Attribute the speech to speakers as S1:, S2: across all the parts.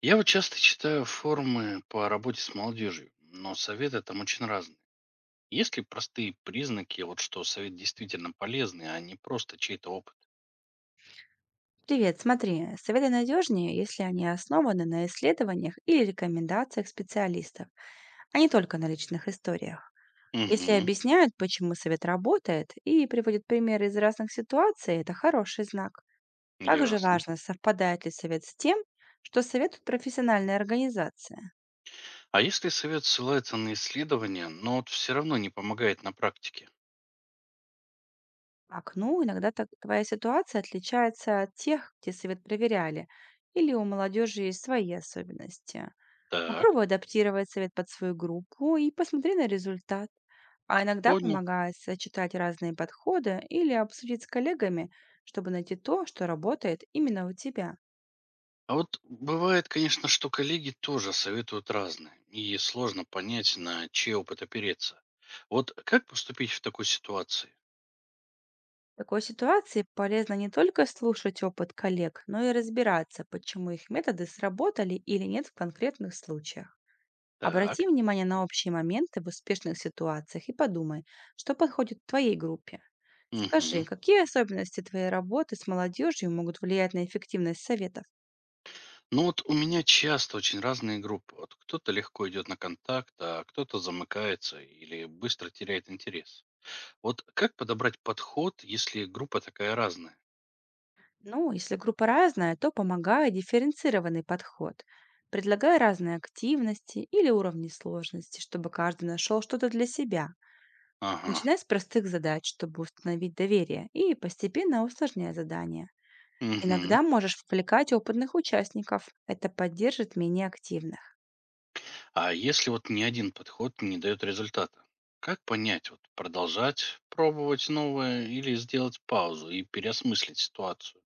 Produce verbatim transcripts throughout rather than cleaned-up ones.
S1: Я вот часто читаю форумы по работе с молодежью, но советы там очень разные. Есть ли простые признаки, вот что совет действительно полезный, а не просто чей-то опыт?
S2: Привет, смотри, советы надежнее, если они основаны на исследованиях или рекомендациях специалистов, а не только на личных историях. Если
S1: Угу,
S2: объясняют, почему совет работает, и приводят примеры из разных ситуаций, это хороший знак. Также
S1: ясно.
S2: важно, совпадает ли совет с тем, что советует профессиональная организация.
S1: А если совет ссылается на исследования, но вот все равно не помогает на практике?
S2: Так, ну, иногда так, твоя ситуация отличается от тех, где совет проверяли, или у молодежи есть свои особенности.
S1: Так,
S2: Попробуй адаптировать совет под свою группу и посмотри на результат. А иногда
S1: понял.
S2: помогает сочетать разные подходы или обсудить с коллегами, чтобы найти то, что работает именно у тебя.
S1: А вот бывает, конечно, что коллеги тоже советуют разное, и сложно понять, на чей опыт опереться. Вот как поступить в такой ситуации?
S2: В такой ситуации полезно не только слушать опыт коллег, но и разбираться, почему их методы сработали или нет в конкретных случаях.
S1: Так,
S2: Обрати внимание на общие моменты в успешных ситуациях и подумай, что подходит твоей группе. Скажи,
S1: угу.
S2: какие особенности твоей работы с молодежью могут влиять на эффективность советов?
S1: Ну вот у меня часто очень разные группы. Вот кто-то легко идет на контакт, а кто-то замыкается или быстро теряет интерес. Вот как подобрать подход, если группа такая разная?
S2: Ну, если группа разная, то помогай дифференцированный подход. Предлагай разные активности или уровни сложности, чтобы каждый нашел что-то для себя.
S1: Ага.
S2: Начинай с простых задач, чтобы установить доверие, и постепенно усложняй задания.
S1: Угу.
S2: Иногда можешь вовлекать опытных участников. Это поддержит менее активных.
S1: А если вот ни один подход не дает результата? Как понять, вот продолжать пробовать новое или сделать паузу и переосмыслить ситуацию?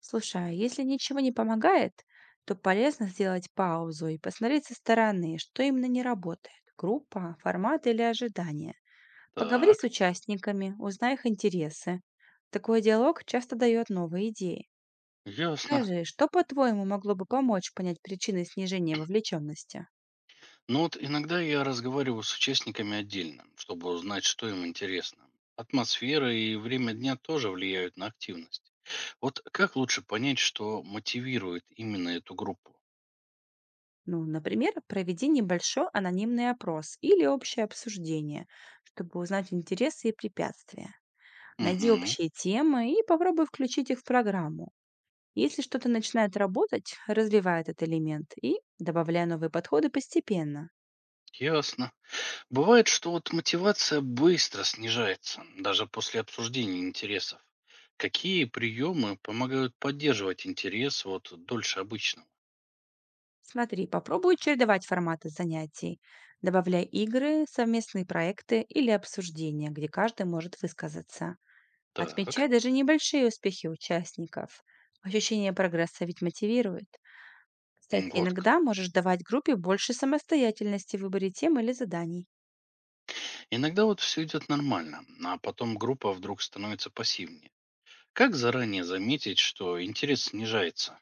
S2: Слушай, а если ничего не помогает, то полезно сделать паузу и посмотреть со стороны, что именно не работает: группа, формат или ожидания. Поговори с
S1: Так,
S2: участниками, узнай их интересы. Такой диалог часто дает новые идеи.
S1: ясно.
S2: Скажи, что, по-твоему, могло бы помочь понять причины снижения вовлеченности?
S1: Ну вот иногда я разговариваю с участниками отдельно, чтобы узнать, что им интересно. Атмосфера и время дня тоже влияют на активность. Вот как лучше понять, что мотивирует именно эту группу?
S2: Ну, например, проведи небольшой анонимный опрос или общее обсуждение, чтобы узнать интересы и препятствия. Найди
S1: Угу,
S2: общие темы и попробуй включить их в программу. Если что-то начинает работать, развивай этот элемент и добавляй новые подходы постепенно.
S1: ясно. Бывает, что вот мотивация быстро снижается, даже после обсуждения интересов. Какие приемы помогают поддерживать интерес вот дольше обычного?
S2: Смотри, попробуй чередовать форматы занятий. Добавляй игры, совместные проекты или обсуждения, где каждый может высказаться.
S1: Так,
S2: Отмечай даже небольшие успехи участников. Ощущение прогресса ведь мотивирует. Кстати,
S1: м, вот как.
S2: иногда можешь давать группе больше самостоятельности в выборе тем или заданий.
S1: Иногда вот все идет нормально, а потом группа вдруг становится пассивнее. Как заранее заметить, что интерес снижается?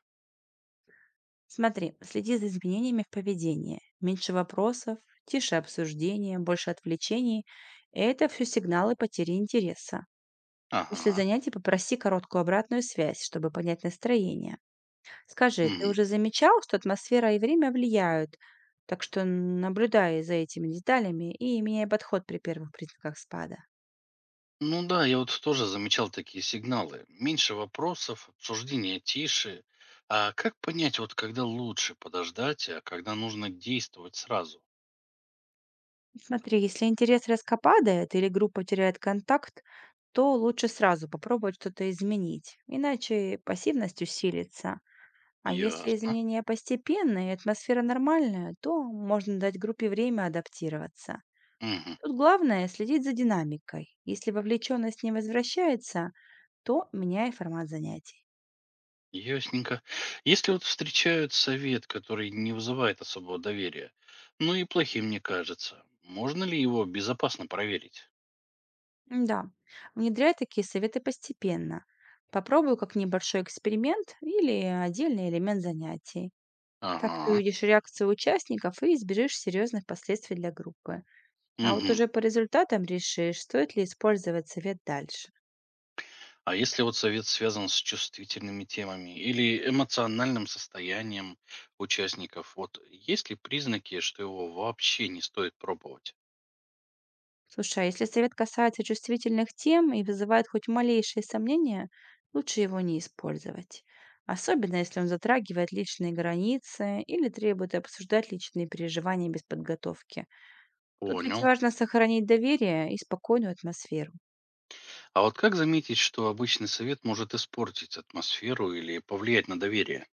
S2: Смотри, следи за изменениями в поведении. Меньше вопросов, тише обсуждения, больше отвлечений. Это все сигналы потери интереса. После
S1: Ага.
S2: занятий попроси короткую обратную связь, чтобы понять настроение. Скажи, ты
S1: Мгм.
S2: уже замечал, что атмосфера и время влияют? Так что наблюдай за этими деталями и меняй подход при первых признаках спада.
S1: Ну да, я вот тоже замечал такие сигналы. Меньше вопросов, обсуждение тише. А как понять, вот когда лучше подождать, а когда нужно действовать сразу?
S2: Смотри, если интерес резко падает или группа теряет контакт, то лучше сразу попробовать что-то изменить, иначе пассивность усилится. А если
S1: Ясно.
S2: изменения постепенные и атмосфера нормальная, то можно дать группе время адаптироваться.
S1: Мгм.
S2: Тут главное следить за динамикой. Если вовлеченность не возвращается, то меняй формат занятий.
S1: Ясненько. Если вот встречают совет, который не вызывает особого доверия, ну и плохим не кажется, можно ли его безопасно проверить?
S2: Да, внедряй такие советы постепенно. Попробуй как небольшой эксперимент или отдельный элемент занятий. Так ты
S1: Ага.
S2: увидишь реакцию участников и избежишь серьезных последствий для группы. А вот
S1: Угу.
S2: уже по результатам решишь, стоит ли использовать совет дальше.
S1: А если вот совет связан с чувствительными темами или эмоциональным состоянием участников, вот есть ли признаки, что его вообще не стоит пробовать?
S2: Слушай, а если совет касается чувствительных тем и вызывает хоть малейшие сомнения, лучше его не использовать. Особенно, если он затрагивает личные границы или требует обсуждать личные переживания без подготовки. Тут ведь
S1: Понял.
S2: важно сохранить доверие и спокойную атмосферу.
S1: А вот как заметить, что обычный совет может испортить атмосферу или повлиять на доверие?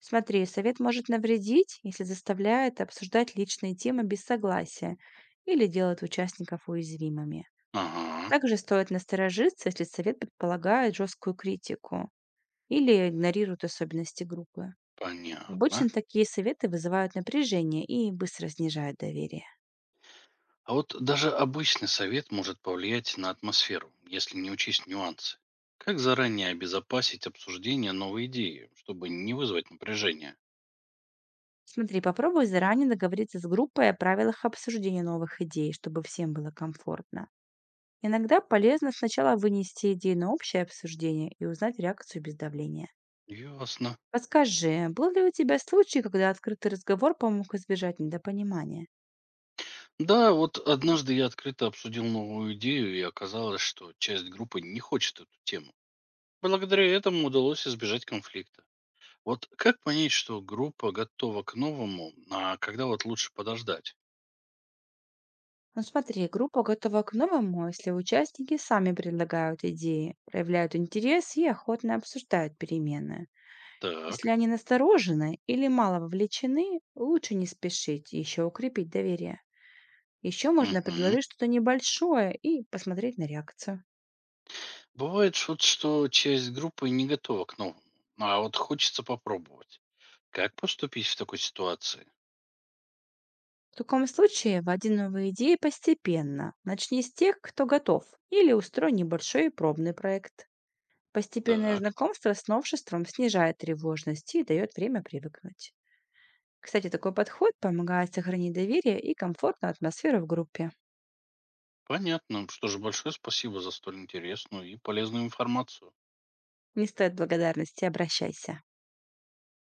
S2: Смотри, совет может навредить, если заставляет обсуждать личные темы без согласия или делает участников уязвимыми.
S1: Ага,
S2: Также стоит насторожиться, если совет предполагает жесткую критику или игнорирует особенности группы.
S1: понятно.
S2: Обычно такие советы вызывают напряжение и быстро снижают доверие.
S1: А вот даже обычный совет может повлиять на атмосферу, если не учесть нюансы. Как заранее обезопасить обсуждение новой идеи, чтобы не вызвать напряжения?
S2: Смотри, попробуй заранее договориться с группой о правилах обсуждения новых идей, чтобы всем было комфортно. Иногда полезно сначала вынести идею на общее обсуждение и узнать реакцию без давления.
S1: Ясно.
S2: Подскажи, был ли у тебя случай, когда открытый разговор помог избежать недопонимания?
S1: Да, вот однажды я открыто обсудил новую идею, и оказалось, что часть группы не хочет эту тему. Благодаря этому удалось избежать конфликта. Вот как понять, что группа готова к новому, а когда вот лучше подождать?
S2: Ну смотри, группа готова к новому, если участники сами предлагают идеи, проявляют интерес и охотно обсуждают перемены. Если
S1: Так,
S2: они насторожены или мало вовлечены, лучше не спешить и еще укрепить доверие. Еще можно
S1: мгм.
S2: предложить что-то небольшое и посмотреть на реакцию.
S1: Бывает вот, что часть группы не готова к новому, а вот хочется попробовать. Как поступить в такой ситуации?
S2: В таком случае вводи новые идеи постепенно. Начни с тех, кто готов, или устрой небольшой пробный проект. Постепенное
S1: Так,
S2: знакомство с новшеством снижает тревожность и дает время привыкнуть. Кстати, такой подход помогает сохранить доверие и комфортную атмосферу в группе.
S1: понятно. Что же, большое спасибо за столь интересную и полезную информацию.
S2: Не стоит благодарности, обращайся.